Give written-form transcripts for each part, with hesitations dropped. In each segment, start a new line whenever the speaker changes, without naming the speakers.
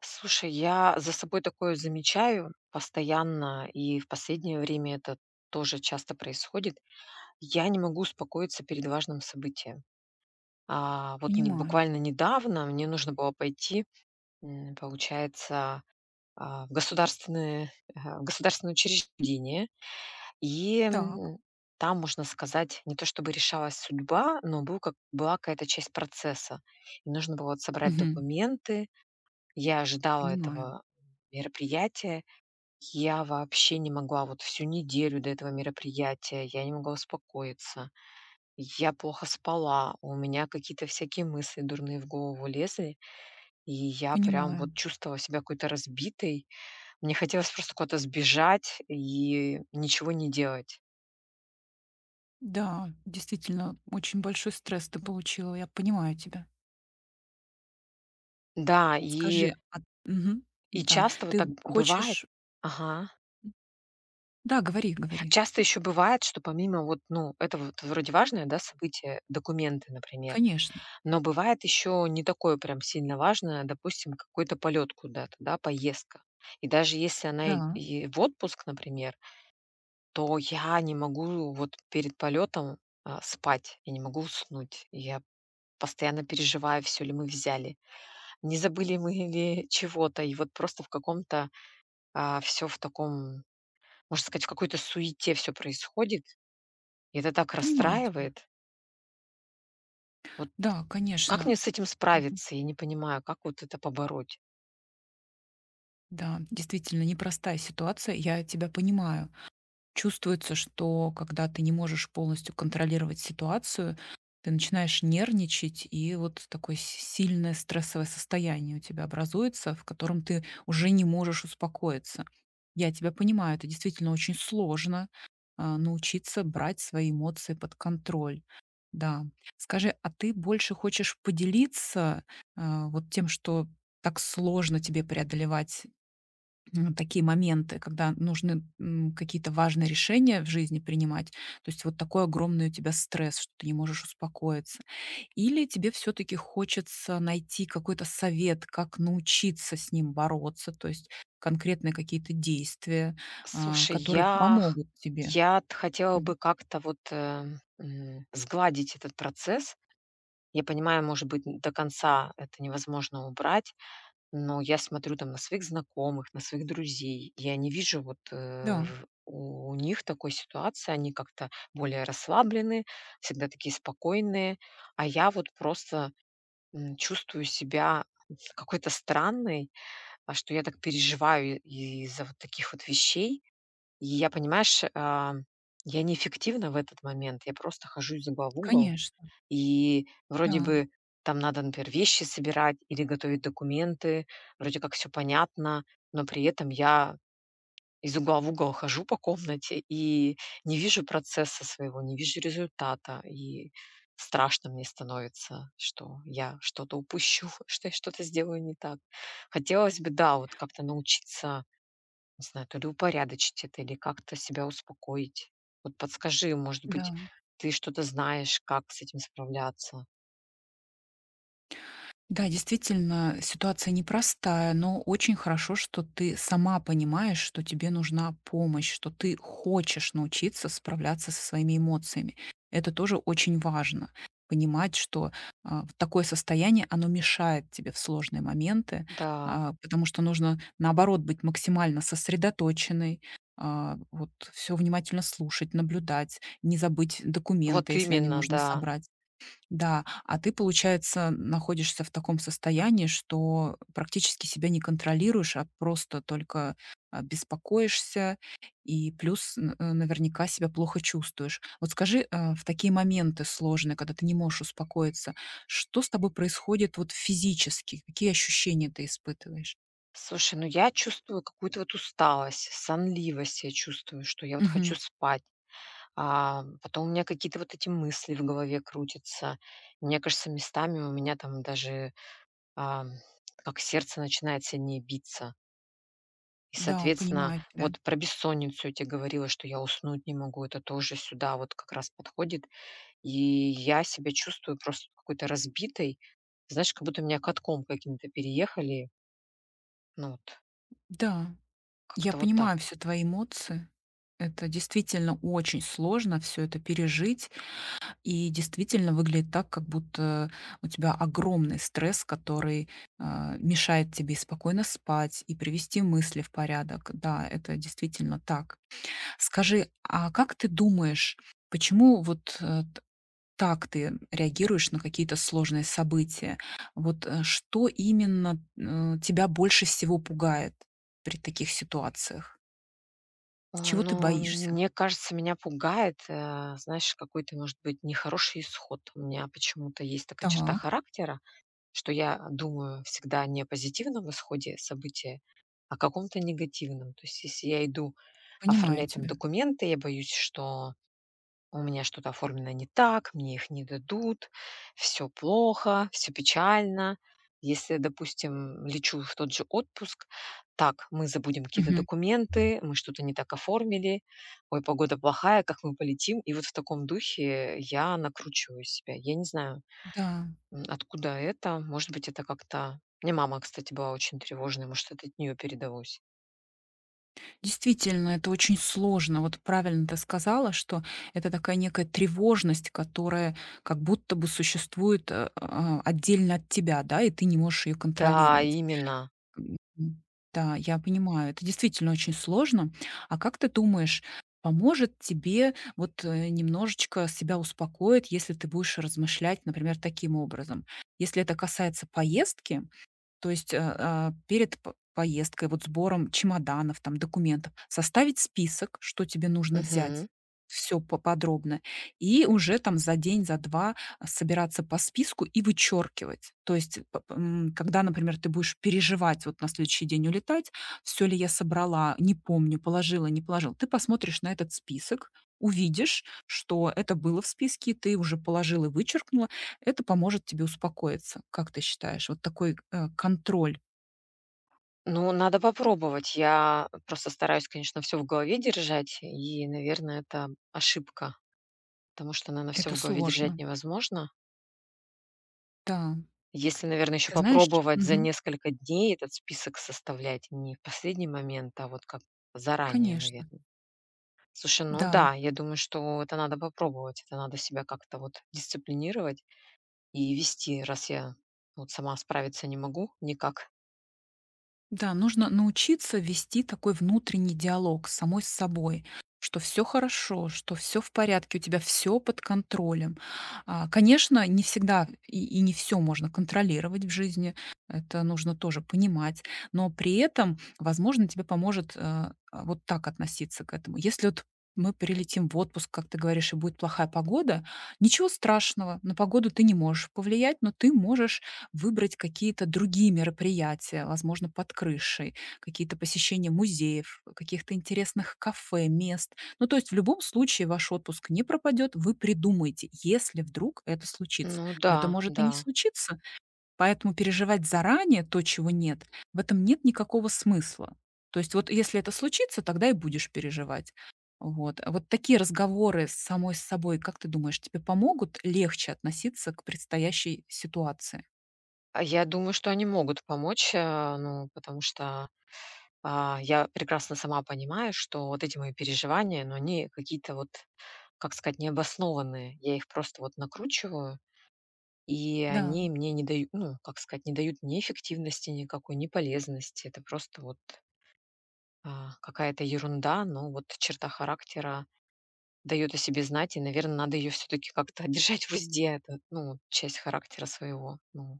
Слушай, я за собой такое замечаю постоянно, и в последнее время это тоже часто происходит. Я не могу успокоиться перед важным событием. А, вот не,
Понимаю.
буквально недавно мне нужно было пойти, получается, в государственное, в государственное учреждение, и
Так.
там, можно сказать, не то чтобы решалась судьба, но был как, была какая-то часть процесса. И нужно было вот собрать
Мгм.
документы. Я ожидала
Понимаю.
этого мероприятия, я вообще не могла вот всю неделю до этого мероприятия, я не могла успокоиться. Я плохо спала, у меня какие-то всякие мысли дурные в голову лезли, и я прям вот
Понимаю.
чувствовала себя какой-то разбитой. Мне хотелось просто куда-то сбежать и ничего не делать.
Да, действительно, очень большой стресс ты получила. Я понимаю тебя.
Да,
Скажи, а мгм,
и
да,
часто вот
ты
так бывает.
хочешь.
Ага.
Да, говори, говори.
Часто еще бывает, что помимо вот, ну, это вот вроде важное, да, событие, документы, например.
Конечно.
Но бывает еще не такое прям сильно важное, допустим, какой-то полет куда-то, да, поездка. И даже если она и
Да,
и в отпуск, например, то я не могу вот перед полетом спать, я не могу уснуть. Я постоянно переживаю, все ли мы взяли, не забыли мы ли чего-то. И вот просто в каком-то все в таком, можно сказать, в какой-то суете все происходит. И это так
понимаю тебя.
расстраивает. Вот
Да,
как
конечно.
мне с этим
Мгм.
справиться? Я не понимаю, как вот это побороть.
Да, действительно непростая ситуация, я тебя понимаю. Чувствуется, что когда ты не можешь полностью контролировать ситуацию, ты начинаешь нервничать, и вот такое сильное стрессовое состояние у тебя образуется, в котором ты уже не можешь успокоиться. Я тебя понимаю, это действительно очень сложно научиться брать свои эмоции под контроль. Да. Скажи, а ты больше хочешь поделиться вот тем, что так сложно тебе преодолевать такие моменты, когда нужны какие-то важные решения в жизни принимать, то есть вот такой огромный у тебя стресс, что ты не можешь успокоиться, или тебе все-таки хочется найти какой-то совет, как научиться с ним бороться, то есть конкретные какие-то действия,
Слушай,
которые
я х
помогут тебе.
я т хотела
Мгм.
бы как-то вот, сгладить этот процесс. Я понимаю, может быть, н до конца это невозможно убрать, но я смотрю там на своих знакомых, на своих друзей. Я не вижу вот,
Да,
в у них такой ситуации. Они как-то более расслаблены, всегда такие спокойные, а я вот просто, чувствую себя какой-то странной, а, что я так переживаю и- из-за вот таких вот вещей. И я, понимаешь, я неэффективна в этот момент. Я просто хожу из угла в угол.
конечно,
И вроде
да,
бы там надо, например, вещи собирать или готовить документы. Вроде как все понятно, но при этом я из угла в угол хожу по комнате и не вижу процесса своего, не вижу результата. И страшно мне становится, что я что-то упущу, что я что-то сделаю не так. Хотелось бы, да, вот как-то научиться не знаю, то ли упорядочить это, или как-то себя успокоить. Вот подскажи, может
да.
быть, ты что-то знаешь, как с этим справляться?
Да, действительно, ситуация непростая, но очень хорошо, что ты сама понимаешь, что тебе нужна помощь, что ты хочешь научиться справляться со своими эмоциями. Это тоже очень важно. Понимать, что в такое состояние оно мешает тебе в сложные моменты,
Да,
потому что нужно, наоборот, быть максимально сосредоточенной, вот все внимательно слушать, наблюдать, не забыть документы,
вот
если они
именно,
нужно
да.
собрать. Да, а ты, получается, находишься в таком состоянии, что практически себя не контролируешь, а просто только, беспокоишься и плюс наверняка себя плохо чувствуешь. Вот скажи, в такие моменты сложные, когда ты не можешь успокоиться, что с тобой происходит вот физически? Какие ощущения ты испытываешь?
Слушай, ну я чувствую какую-то вот усталость, сонливость я чувствую, что я вот хочу
Мгм.
спать. А потом у меня какие-то вот эти мысли в голове крутятся. Мне кажется, местами у меня там даже а, как сердце начинает сильнее биться. И,
Да,
соответственно,
понимаю тебя.
вот про бессонницу я те говорила, что я уснуть не могу. Это тоже сюда вот как раз подходит. И я себя чувствую просто какой-то разбитой. Знаешь, как будто меня катком каким-то переехали. Ну вот,
Да, я
как-то вот так.
понимаю все твои эмоции. Это действительно очень сложно все это пережить. И действительно выглядит так, как будто у тебя огромный стресс, который, мешает тебе и спокойно спать, и привести мысли в порядок. Да, это действительно так. Скажи, а как ты думаешь, почему вот, э, т так ты реагируешь на какие-то сложные события? Вот, что именно, тебя больше всего пугает при таких ситуациях?
А,
Чего ты
но
боишься?
мне кажется, меня пугает, знаешь, какой-то, может быть, нехороший исход. У меня почему-то есть такая черта
Так,
характера, что я думаю всегда не о позитивном исходе события, а о каком-то негативном. То есть если я иду
понимаю
оформлять там
тебя.
документы, я боюсь, что у меня что-то оформлено не так, мне их не дадут, все плохо, все печально. Если, допустим, лечу в тот же отпуск, так, мы забудем какие-то
Мгм.
документы, мы что-то не так оформили, ой, погода плохая, как мы полетим? И вот в таком духе я накручиваю себя. Я не знаю,
Да.
Откуда это? Может быть, это как-то мне мама, кстати, была очень тревожной, может, это от нее передалось.
Действительно, это очень сложно. Вот правильно ты сказала, что это такая некая тревожность, которая как будто бы существует, отдельно от тебя, да, и ты не можешь ее
Да,
контролировать.
именно.
Мгм. Да, я понимаю, это действительно очень сложно. А как ты думаешь, поможет тебе вот, немножечко себя успокоить, если ты будешь размышлять, например, таким образом? Если это касается поездки, то есть, перед п поездкой, вот сбором чемоданов, там, документов, составить список, что тебе нужно взять.
Мгм.
Все подробно. И уже там за день, за 2 собираться по списку и вычеркивать. То есть, когда, например, ты будешь переживать, вот на следующий день улетать: «все ли я собрала? Не помню, положила, не положила». Ты посмотришь на этот список, увидишь, что это было в списке, ты уже положила и вычеркнула, это поможет тебе успокоиться, как ты считаешь? Вот такой, контроль.
Ну, надо попробовать. Я просто стараюсь, конечно, все в голове держать, и, наверное, это ошибка, потому что, наверно, все
Это
в голове держать
сложно.
невозможно.
Да.
Если, наверное, еще
Ты знаешь,
попробовать за
мгм,
несколько дней этот список составлять, не в последний момент, а вот как заранее,
конечно.
наверное. Слушай, ну
Да.
да, я думаю, что это надо попробовать, это надо себя как-то вот дисциплинировать. И вести, раз я вот сама справиться не могу никак.
Да, нужно научиться вести такой внутренний диалог с самой с собой, что все хорошо, что все в порядке, у тебя все под контролем. А, конечно, не всегда и не все можно контролировать в жизни, это нужно тоже понимать, но при этом, возможно, тебе поможет, вот так относиться к этому. Если вот мы прилетим в отпуск, как ты говоришь, и будет плохая погода, ничего страшного, на погоду ты не можешь повлиять, но ты можешь выбрать какие-то другие мероприятия, возможно, под крышей, какие-то посещения музеев, каких-то интересных кафе, мест. Ну, то есть в любом случае ваш отпуск не пропадет, вы придумаете, если вдруг это случится.
Ну да,
Но это может и
да.
не случиться, поэтому переживать заранее то, чего нет, в этом нет никакого смысла. То есть вот если это случится, тогда и будешь переживать. Вот. А вот такие разговоры с самой с собой, как ты думаешь, тебе помогут легче относиться к предстоящей ситуации?
А я думаю, что они могут помочь, ну, потому что, я прекрасно сама понимаю, что вот эти мои переживания, но они какие-то вот, как сказать, необоснованные. Я их просто вот накручиваю, и
Да.
они мне не дают, ну, как сказать, не дают ни эффективности никакой, ни полезности. Это просто вот, какая-то ерунда, но вот черта характера, дает о себе знать, и, наверное, надо ее все таки как-то держать в узде. Это, ну, часть характера своего. Ну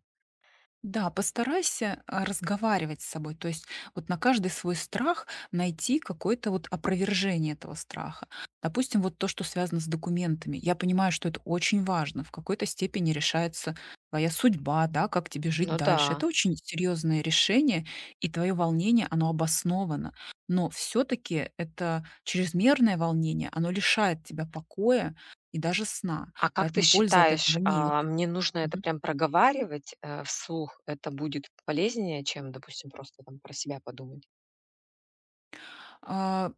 Да, постарайся разговаривать с собой, то есть вот на каждый свой страх найти какое-то вот опровержение этого страха. Допустим, вот то, что связано с документами. Я понимаю, что это очень важно, в какой-то степени решается твоя судьба, да, как тебе жить
ну
дальше. Это
да.
очень серьезное решение, и твое волнение, оно обосновано. Но все-таки это чрезмерное волнение, оно лишает тебя покоя и даже сна,
А как ты
поэтому пользы от этого
считаешь,
нет.
мне нужно это прям проговаривать, вслух? Это будет полезнее, чем, допустим, просто там про себя подумать?
А,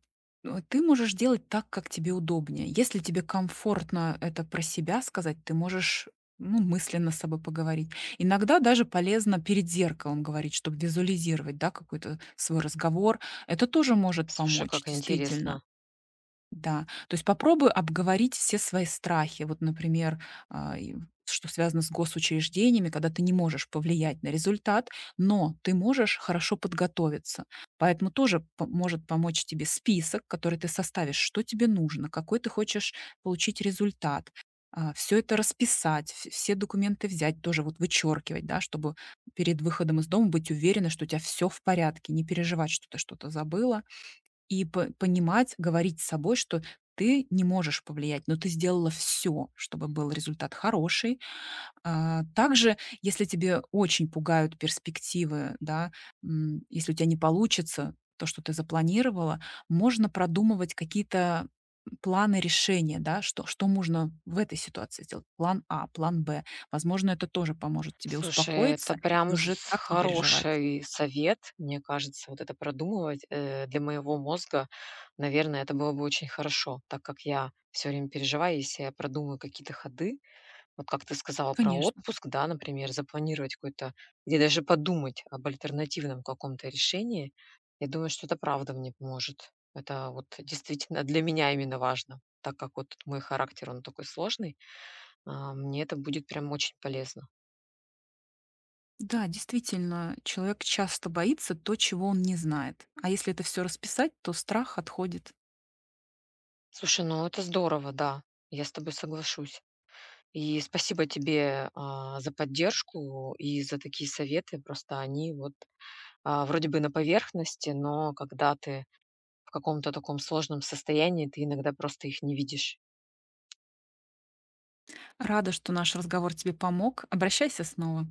Ты можешь делать так, как тебе удобнее. Если тебе комфортно это про себя сказать, ты можешь, ну, мысленно с собой поговорить. Иногда даже полезно перед зеркалом говорить, чтобы визуализировать, да, какой-то свой разговор. Это тоже может
Слушай,
помочь,
как
действительно.
интересно.
Да, то есть попробуй обговорить все свои страхи. Вот, например, и что связано с госучреждениями, когда ты не можешь повлиять на результат, но ты можешь хорошо подготовиться. Поэтому тоже может помочь тебе список, который ты составишь, что тебе нужно, какой ты хочешь получить результат. Все это расписать, все документы взять, тоже вот вычеркивать, да, чтобы перед выходом из дома быть уверена, что у тебя все в порядке, не переживать, что ты что-то забыла и по понимать, говорить с собой, что ты не можешь повлиять, но ты сделала все, чтобы был результат хороший. Также, если тебе очень пугают перспективы, да, если у тебя не получится то, что ты запланировала, можно продумывать какие-то планы решения, да, что можно в этой ситуации сделать. План А, план Б. Возможно, это тоже поможет тебе
Слушай, это
успокоиться и
прям
уже
з
так не переживать.
хороший совет, мне кажется, вот это продумывать, для моего мозга. Наверное, это было бы очень хорошо, так как я все время переживаю, если я продумаю какие-то ходы, вот как ты сказала про
Конечно.
отпуск, да, например, запланировать какой-то или даже подумать об альтернативном каком-то решении. Я думаю, что это правда мне поможет. Это вот действительно для меня именно важно, так как вот мой характер, он такой сложный, мне это будет прям очень полезно.
Да, действительно, человек часто боится то, чего он не знает. А если это все расписать, то страх отходит.
Слушай, ну это здорово, да, я с тобой соглашусь. И спасибо тебе за поддержку и за такие советы. Просто они вот вроде бы на поверхности, но когда ты в каком-то таком сложном состоянии, ты иногда просто их не видишь.
Рада, что наш разговор тебе помог. Обращайся снова.